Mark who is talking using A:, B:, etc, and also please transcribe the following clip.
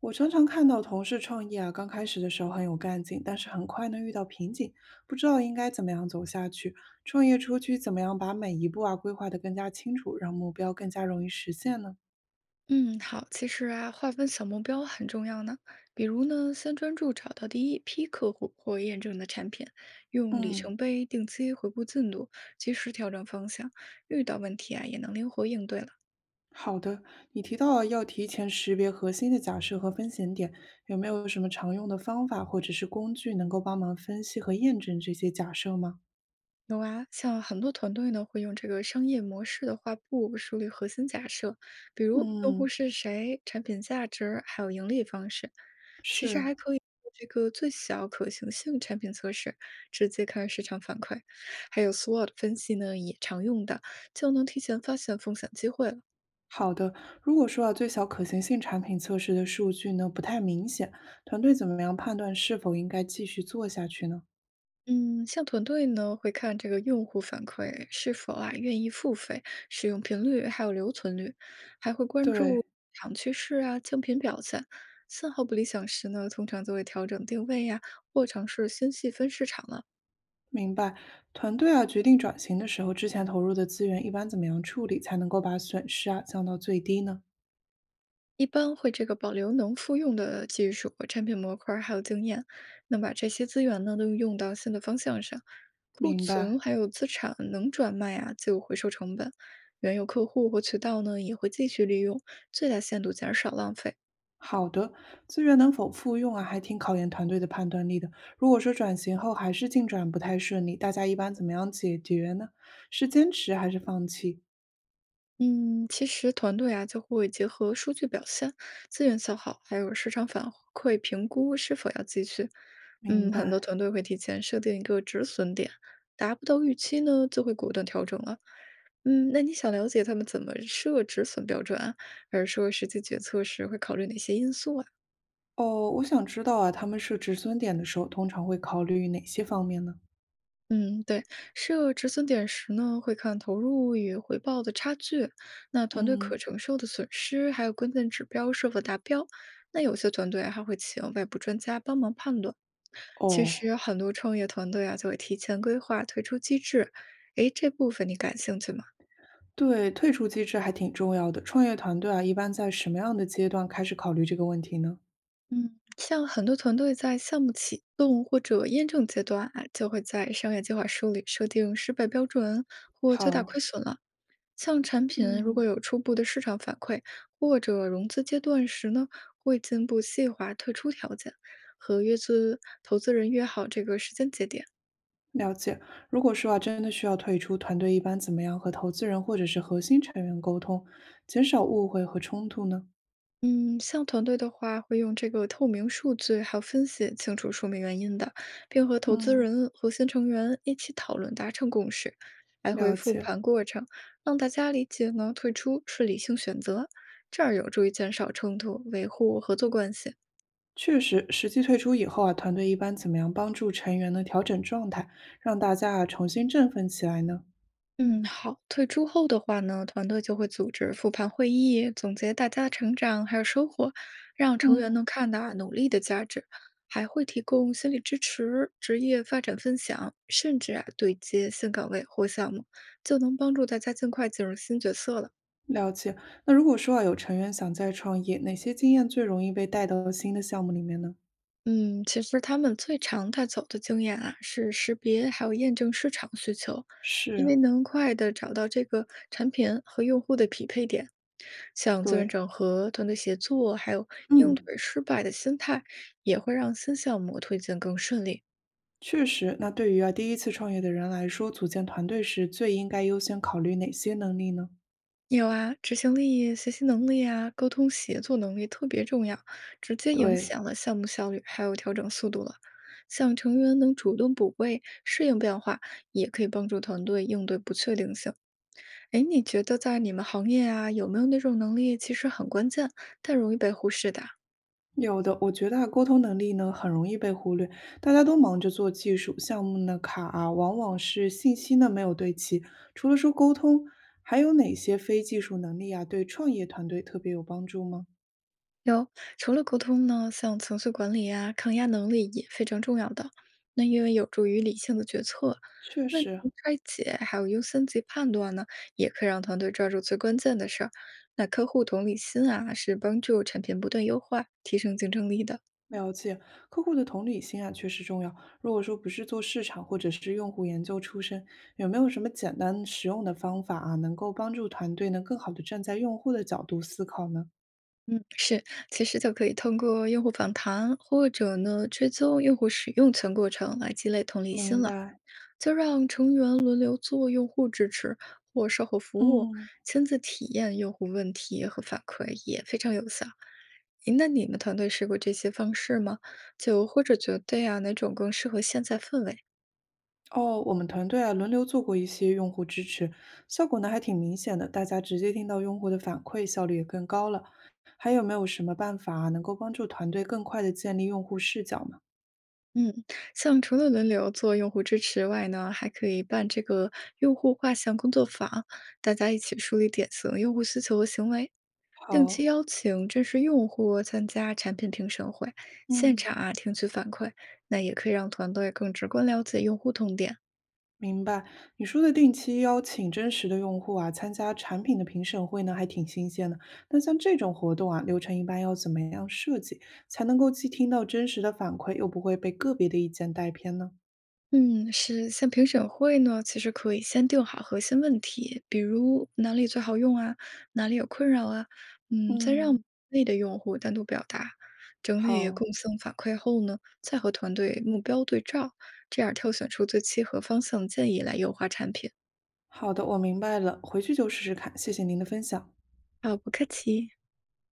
A: 我常常看到同事创业啊，刚开始的时候很有干劲，但是很快呢遇到瓶颈，不知道应该怎么样走下去。创业初期怎么样把每一步啊规划得更加清楚，让目标更加容易实现呢？
B: 嗯，好，其实啊，划分小目标很重要呢。比如呢，先专注找到第一批客户或验证的产品，用里
A: 嗯，
B: 程碑定期回顾进度，及时调整方向，遇到问题啊也能灵活应对了。
A: 好的。你提到了要提前识别核心的假设和风险点，有没有什么常用的方法或者是工具能够帮忙分析和验证这些假设吗？
B: 有啊，像很多团队呢，会用这个商业模式的画布梳理核心假设，比如用户
A: 嗯，
B: 是谁、产品价值，还有盈利方式。其实
A: 是。
B: 还可以做这个最小可行性产品测试，直接看市场反馈，还有 SWOT 分析呢，也常用的，就能提前发现风险机会了。
A: 好的，如果说啊，最小可行性产品测试的数据呢不太明显，团队怎么样判断是否应该继续做下去呢？
B: 嗯，像团队呢，会看这个用户反馈是否啊愿意付费、使用频率还有留存率，还会关注
A: 对，
B: 市场趋势啊、竞品表现。信号不理想时呢，通常就会调整定位呀、或尝试新细分市场了。
A: 明白。团队啊决定转型的时候，之前投入的资源一般怎么样处理才能够把损失啊降到最低呢？
B: 一般会这个保留能复用的技术、产品模块儿还有经验，那把这些资源呢都用到新的方向上，库
A: 明
B: 存
A: 白。
B: 还有资产能转卖啊，就回收成本，原有客户或渠道呢也会继续利用，最大限度减少浪费。
A: 好的，资源能否复用啊，还挺考验团队的判断力的。如果说转型后还是进展不太顺利，大家一般怎么样解决呢？是坚持还是放弃？
B: 嗯，其实团队啊就会结合数据表现、资源消耗，还有市场反馈评估是否要继续。
A: 明
B: 嗯，很多
A: 白。
B: 团队会提前设定一个止损点，达不到预期呢，就会果断调整了。嗯，那你想了解他们怎么设止损标准啊，还是说实际决策时会考虑哪些因素啊？
A: 哦，我想知道啊，他们设止损点的时候，通常会考虑哪些方面呢？
B: 嗯，对，设止损点时呢，会看投入与回报的差距，那团队
A: 嗯，
B: 可承受的损失，还有关键指标是否达标。那有些团队还会请外部专家帮忙判断。其
A: 哦，
B: 实很多创业团队啊，就会提前规划、推出机制。诶，这部分你感兴趣吗？
A: 对，退出机制还挺重要的。创业团队啊，一般在什么样的阶段开始考虑这个问题呢？
B: 嗯，像很多团队在项目启动或者验证阶段啊，就会在商业计划书里设定失败标准或最大
A: 好，
B: 亏损了。像产品如果
A: 嗯，
B: 有初步的市场反馈，或者融资阶段时呢，会进一步细化退出条件，和约资投资人约好这个时间节点。
A: 了解。如果说啊，真的需要退出，团队一般怎么样和投资人或者是核心成员沟通，减少误会和冲突呢？
B: 嗯，像团队的话，会用这个透明数据还有分析，清楚说明原因的，并和投资
A: 嗯，
B: 人、核心成员一起讨论，达成共识，还会
A: 了
B: 复
A: 解，
B: 盘过程，让大家理解呢退出是理性选择，这样有助于减少冲突，维护合作关系。
A: 确实，实际退出以后啊，团队一般怎么样帮助成员呢调整状态，让大家啊重新振奋起来呢？
B: 嗯，好。退出后的话呢，团队就会组织复盘会议，总结大家成长还有收获，让成员
A: 嗯。
B: 能看到啊努力的价值，还会提供心理支持、职业发展分享，甚至啊对接新岗位或项目，就能帮助大家尽快进入新角色了。
A: 了解。那如果说啊，有成员想再创业，哪些经验最容易被带到新的项目里面呢？
B: 嗯，其实他们最常带走的经验啊，是识别还有验证市场需求，因
A: 是，
B: 为能快的找到这个产品和用户的匹配点。像资源
A: 对，
B: 整合、团队协作，还有应
A: 嗯，
B: 对失败的心态，也会让新项目推进更顺利。
A: 确实。那对于啊第一次创业的人来说，组建团队时最应该优先考虑哪些能力呢？
B: 有啊，执行力、学习能力啊，沟通协作能力特别重要，直接影
A: 对，
B: 响了项目效率，还有调整速度了。像成员能主动补位、适应变化，也可以帮助团队应对不确定性。哎，你觉得在你们行业啊，有没有那种能力其实很关键，但容易被忽视的啊？
A: 有的。我觉得啊，沟通能力呢很容易被忽略，大家都忙着做技术项目呢卡啊，往往是信息呢没有对齐。除了说沟通，还有哪些非技术能力啊，对创业团队特别有帮助吗？
B: 有，除了沟通呢，像情绪管理啊、抗压能力也非常重要的。那因为有助于理性的决策、
A: 确
B: 问题
A: 实，
B: 拆解，还有优先级判断呢，也可以让团队抓住最关键的事儿。那客户同理心啊，是帮助产品不断优化、提升竞争力的。
A: 了解，客户的同理心啊，确实重要。如果说不是做市场或者是用户研究出身，有没有什么简单实用的方法啊，能够帮助团队呢更好的站在用户的角度思考呢？
B: 嗯，是，其实就可以通过用户访谈或者呢追踪用户使用全过程来积累同理心
A: 明
B: 了。
A: 白，
B: 就让成员轮流做用户支持或售后服务，
A: 嗯，
B: 亲自体验用户问题和反馈也非常有效。诶那你们团队试过这些方式吗？就或者觉得呀，哪种更适合现在氛围？
A: 哦，我们团队啊轮流做过一些用户支持，效果呢还挺明显的，大家直接听到用户的反馈，效率也更高了。还有没有什么办法啊能够帮助团队更快的建立用户视角呢？
B: 嗯，像除了轮流做用户支持外呢，还可以办这个用户画像工作坊，大家一起梳理典型用户需求和行为。定期
A: 好，
B: 邀请真实用户参加产品评审会，现
A: 嗯。
B: 场啊听取反馈，那也可以让团队更直观了解用户痛点。
A: 明白，你说的定期邀请真实的用户啊参加产品的评审会呢，还挺新鲜的。那像这种活动啊，流程一般要怎么样设计，才能够既听到真实的反馈，又不会被个别的意见带偏呢？
B: 嗯，是像评审会呢，其实可以先定好核心问题，比如哪里最好用啊，哪里有困扰啊，嗯，再让
A: 嗯，
B: 内的用户单独表达，整理共
A: 好
B: 性反馈后呢，再和团队目标对照，这样挑选出最契合方向建议来优化产品。
A: 好的，我明白了，回去就试试看。谢谢您的分享。
B: 好，不客气。